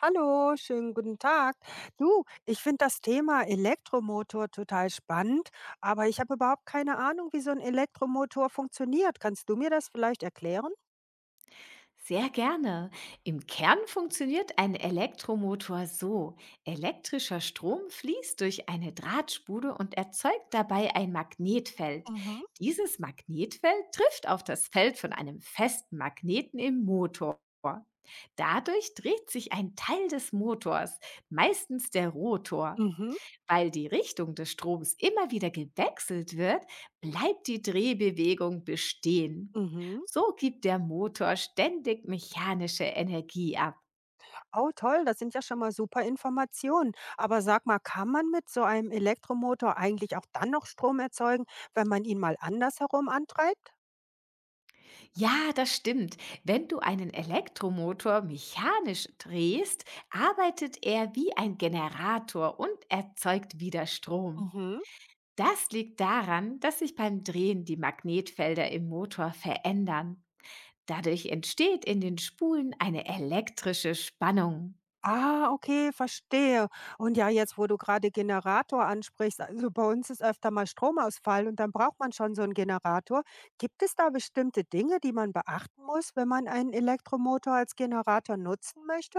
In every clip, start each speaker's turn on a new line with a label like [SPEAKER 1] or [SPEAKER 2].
[SPEAKER 1] Hallo, schönen guten Tag. Du, ich finde das Thema Elektromotor total spannend, aber ich habe überhaupt keine Ahnung, wie so ein Elektromotor funktioniert. Kannst du mir das vielleicht erklären?
[SPEAKER 2] Sehr gerne. Im Kern funktioniert ein Elektromotor so. Elektrischer Strom fließt durch eine Drahtspule und erzeugt dabei ein Magnetfeld.
[SPEAKER 1] Mhm.
[SPEAKER 2] Dieses Magnetfeld trifft auf das Feld von einem festen Magneten im Motor. Dadurch dreht sich ein Teil des Motors, meistens der Rotor.
[SPEAKER 1] Mhm,
[SPEAKER 2] Weil die Richtung des Stroms immer wieder gewechselt wird, bleibt die Drehbewegung bestehen.
[SPEAKER 1] mhm.
[SPEAKER 2] So gibt der Motor ständig mechanische Energie ab.
[SPEAKER 1] Oh, toll, das sind ja schon mal super Informationen. Aber sag mal, kann man mit so einem Elektromotor eigentlich auch dann noch Strom erzeugen, wenn man ihn mal andersherum antreibt?
[SPEAKER 2] Ja, das stimmt. Wenn du einen Elektromotor mechanisch drehst, arbeitet er wie ein Generator und erzeugt wieder Strom.
[SPEAKER 1] Mhm.
[SPEAKER 2] Das liegt daran, dass sich beim Drehen die Magnetfelder im Motor verändern. Dadurch entsteht in den Spulen eine elektrische Spannung.
[SPEAKER 1] Ah, okay, verstehe. Und ja, jetzt, wo du gerade Generator ansprichst, also bei uns ist öfter mal Stromausfall und dann braucht man schon so einen Generator. Gibt es da bestimmte Dinge, die man beachten muss, wenn man einen Elektromotor als Generator nutzen möchte?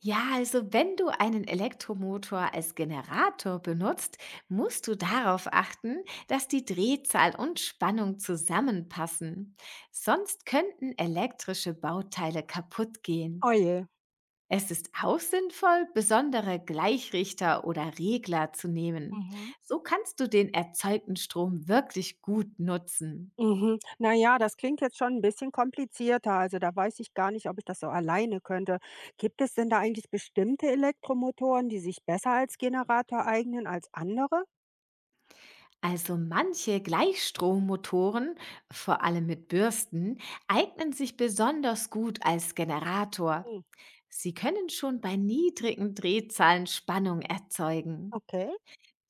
[SPEAKER 2] Ja, also wenn du einen Elektromotor als Generator benutzt, musst du darauf achten, dass die Drehzahl und Spannung zusammenpassen. Sonst könnten elektrische Bauteile kaputt gehen.
[SPEAKER 1] Oh.
[SPEAKER 2] Es ist auch sinnvoll, besondere Gleichrichter oder Regler zu nehmen.
[SPEAKER 1] Mhm.
[SPEAKER 2] So kannst du den erzeugten Strom wirklich gut nutzen.
[SPEAKER 1] Mhm. Na ja, das klingt jetzt schon ein bisschen komplizierter. Also, da weiß ich gar nicht, ob ich das so alleine könnte. Gibt es denn da eigentlich bestimmte Elektromotoren, die sich besser als Generator eignen als andere?
[SPEAKER 2] Also manche Gleichstrommotoren, vor allem mit Bürsten, eignen sich besonders gut als Generator.
[SPEAKER 1] Hm,
[SPEAKER 2] Sie können schon bei niedrigen Drehzahlen Spannung erzeugen.
[SPEAKER 1] okay.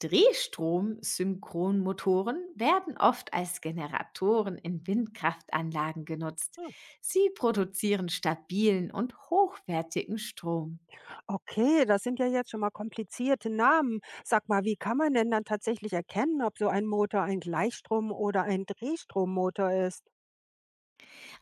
[SPEAKER 2] Drehstrom-Synchronmotoren werden oft als Generatoren in Windkraftanlagen genutzt.
[SPEAKER 1] Hm.
[SPEAKER 2] Sie produzieren stabilen und hochwertigen Strom.
[SPEAKER 1] Okay, das sind ja jetzt schon mal komplizierte Namen. Sag mal, wie kann man denn dann tatsächlich erkennen, ob so ein Motor ein Gleichstrom- oder ein Drehstrommotor ist?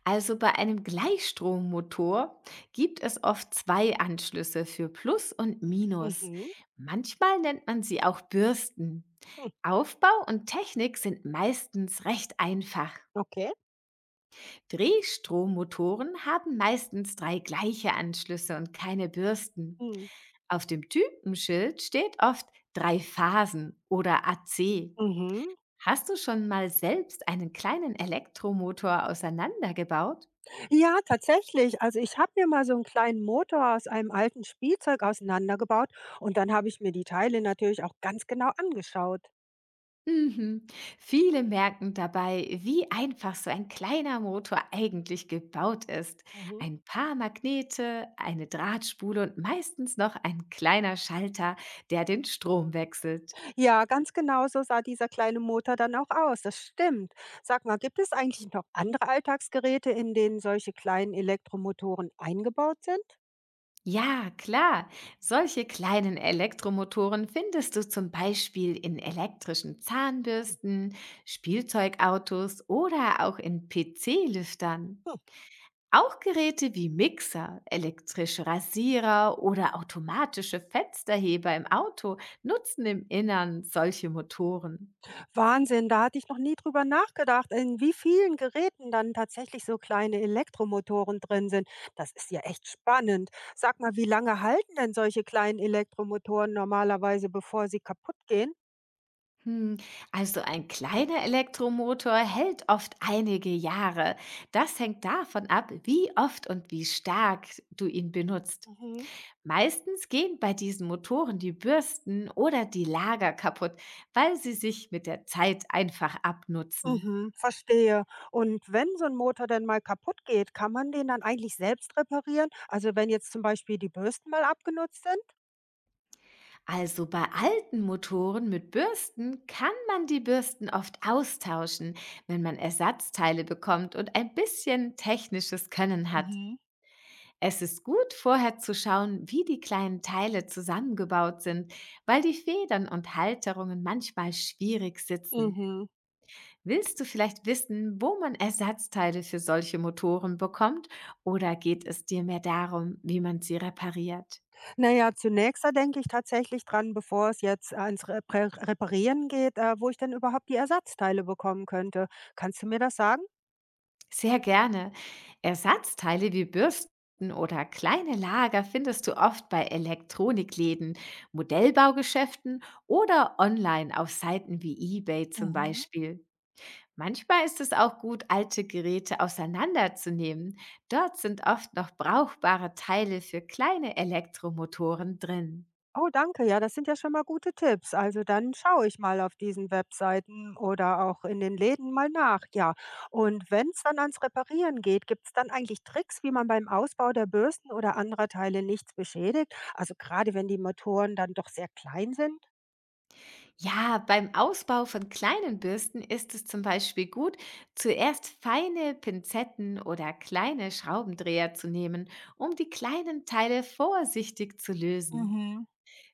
[SPEAKER 2] Also bei einem Gleichstrommotor gibt es oft zwei Anschlüsse für Plus und Minus.
[SPEAKER 1] Mhm.
[SPEAKER 2] Manchmal nennt man sie auch Bürsten.
[SPEAKER 1] Hm.
[SPEAKER 2] Aufbau und Technik sind meistens recht einfach.
[SPEAKER 1] Okay.
[SPEAKER 2] Drehstrommotoren haben meistens drei gleiche Anschlüsse und keine Bürsten.
[SPEAKER 1] Hm.
[SPEAKER 2] Auf dem Typenschild steht oft drei Phasen oder AC.
[SPEAKER 1] Mhm.
[SPEAKER 2] Hast du schon mal selbst einen kleinen Elektromotor auseinandergebaut?
[SPEAKER 1] Ja, tatsächlich. Also ich habe mir mal so einen kleinen Motor aus einem alten Spielzeug auseinandergebaut und dann habe ich mir die Teile natürlich auch ganz genau angeschaut.
[SPEAKER 2] Mhm. Viele merken dabei, wie einfach so ein kleiner Motor eigentlich gebaut ist.
[SPEAKER 1] Mhm.
[SPEAKER 2] Ein paar Magnete, eine Drahtspule und meistens noch ein kleiner Schalter, der den Strom wechselt.
[SPEAKER 1] Ja, ganz genau so sah dieser kleine Motor dann auch aus. Das stimmt. Sag mal, gibt es eigentlich noch andere Alltagsgeräte, in denen solche kleinen Elektromotoren eingebaut sind?
[SPEAKER 2] Ja, klar. Solche kleinen Elektromotoren findest du zum Beispiel in elektrischen Zahnbürsten, Spielzeugautos oder auch in PC-Lüftern.
[SPEAKER 1] Hm.
[SPEAKER 2] Auch Geräte wie Mixer, elektrische Rasierer oder automatische Fensterheber im Auto nutzen im Innern solche Motoren.
[SPEAKER 1] Wahnsinn, da hatte ich noch nie drüber nachgedacht, in wie vielen Geräten dann tatsächlich so kleine Elektromotoren drin sind. Das ist ja echt spannend. Sag mal, wie lange halten denn solche kleinen Elektromotoren normalerweise, bevor sie kaputt gehen?
[SPEAKER 2] Hm. Also ein kleiner Elektromotor hält oft einige Jahre. Das hängt davon ab, wie oft und wie stark du ihn benutzt.
[SPEAKER 1] Mhm.
[SPEAKER 2] Meistens gehen bei diesen Motoren die Bürsten oder die Lager kaputt, weil sie sich mit der Zeit einfach abnutzen.
[SPEAKER 1] Mhm, verstehe. Und wenn so ein Motor denn mal kaputt geht, kann man den dann eigentlich selbst reparieren? Also, wenn jetzt zum Beispiel die Bürsten mal abgenutzt sind?
[SPEAKER 2] Also bei alten Motoren mit Bürsten kann man die Bürsten oft austauschen, wenn man Ersatzteile bekommt und ein bisschen technisches Können hat.
[SPEAKER 1] Mhm.
[SPEAKER 2] Es ist gut, vorher zu schauen, wie die kleinen Teile zusammengebaut sind, weil die Federn und Halterungen manchmal schwierig sitzen.
[SPEAKER 1] Mhm.
[SPEAKER 2] Willst du vielleicht wissen, wo man Ersatzteile für solche Motoren bekommt oder geht es dir mehr darum, wie man sie repariert?
[SPEAKER 1] Na ja, zunächst da denke ich tatsächlich dran, bevor es jetzt ans Repä Reparieren geht, wo ich denn überhaupt die Ersatzteile bekommen könnte. Kannst du mir das sagen?
[SPEAKER 2] Sehr gerne. Ersatzteile wie Bürsten oder kleine Lager findest du oft bei Elektronikläden, Modellbaugeschäften oder online auf Seiten wie eBay zum
[SPEAKER 1] Mhm.
[SPEAKER 2] Beispiel. Manchmal ist es auch gut, alte Geräte auseinanderzunehmen. Dort sind oft noch brauchbare Teile für kleine Elektromotoren drin.
[SPEAKER 1] Oh, danke. Ja, das sind ja schon mal gute Tipps. Also dann schaue ich mal auf diesen Webseiten oder auch in den Läden mal nach. Ja, und wenn es dann ans Reparieren geht, gibt es dann eigentlich Tricks, wie man beim Ausbau der Bürsten oder anderer Teile nichts beschädigt? Also gerade wenn die Motoren dann doch sehr klein sind?
[SPEAKER 2] Ja, beim Ausbau von kleinen Bürsten ist es zum Beispiel gut, zuerst feine Pinzetten oder kleine Schraubendreher zu nehmen, um die kleinen Teile vorsichtig zu lösen.
[SPEAKER 1] Mhm.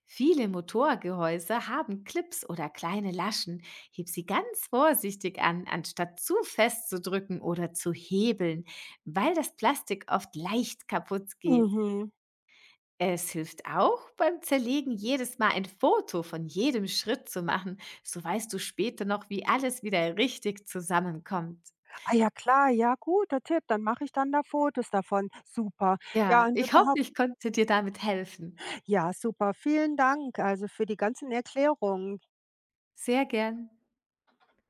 [SPEAKER 2] Viele Motorgehäuse haben Clips oder kleine Laschen. Heb sie ganz vorsichtig an, anstatt zu fest zu drücken oder zu hebeln, weil das Plastik oft leicht kaputt geht.
[SPEAKER 1] Mhm.
[SPEAKER 2] Es hilft auch beim Zerlegen jedes Mal ein Foto von jedem Schritt zu machen. So weißt du später noch, wie alles wieder richtig zusammenkommt.
[SPEAKER 1] Ah ja, klar, ja, guter Tipp. Dann mache ich dann da Fotos davon. Super. Ja,
[SPEAKER 2] Ja,
[SPEAKER 1] und
[SPEAKER 2] ich hoffe,
[SPEAKER 1] überhaupt,
[SPEAKER 2] ich konnte dir damit helfen.
[SPEAKER 1] ja, super. Vielen Dank also für die ganzen Erklärungen.
[SPEAKER 2] Sehr gern.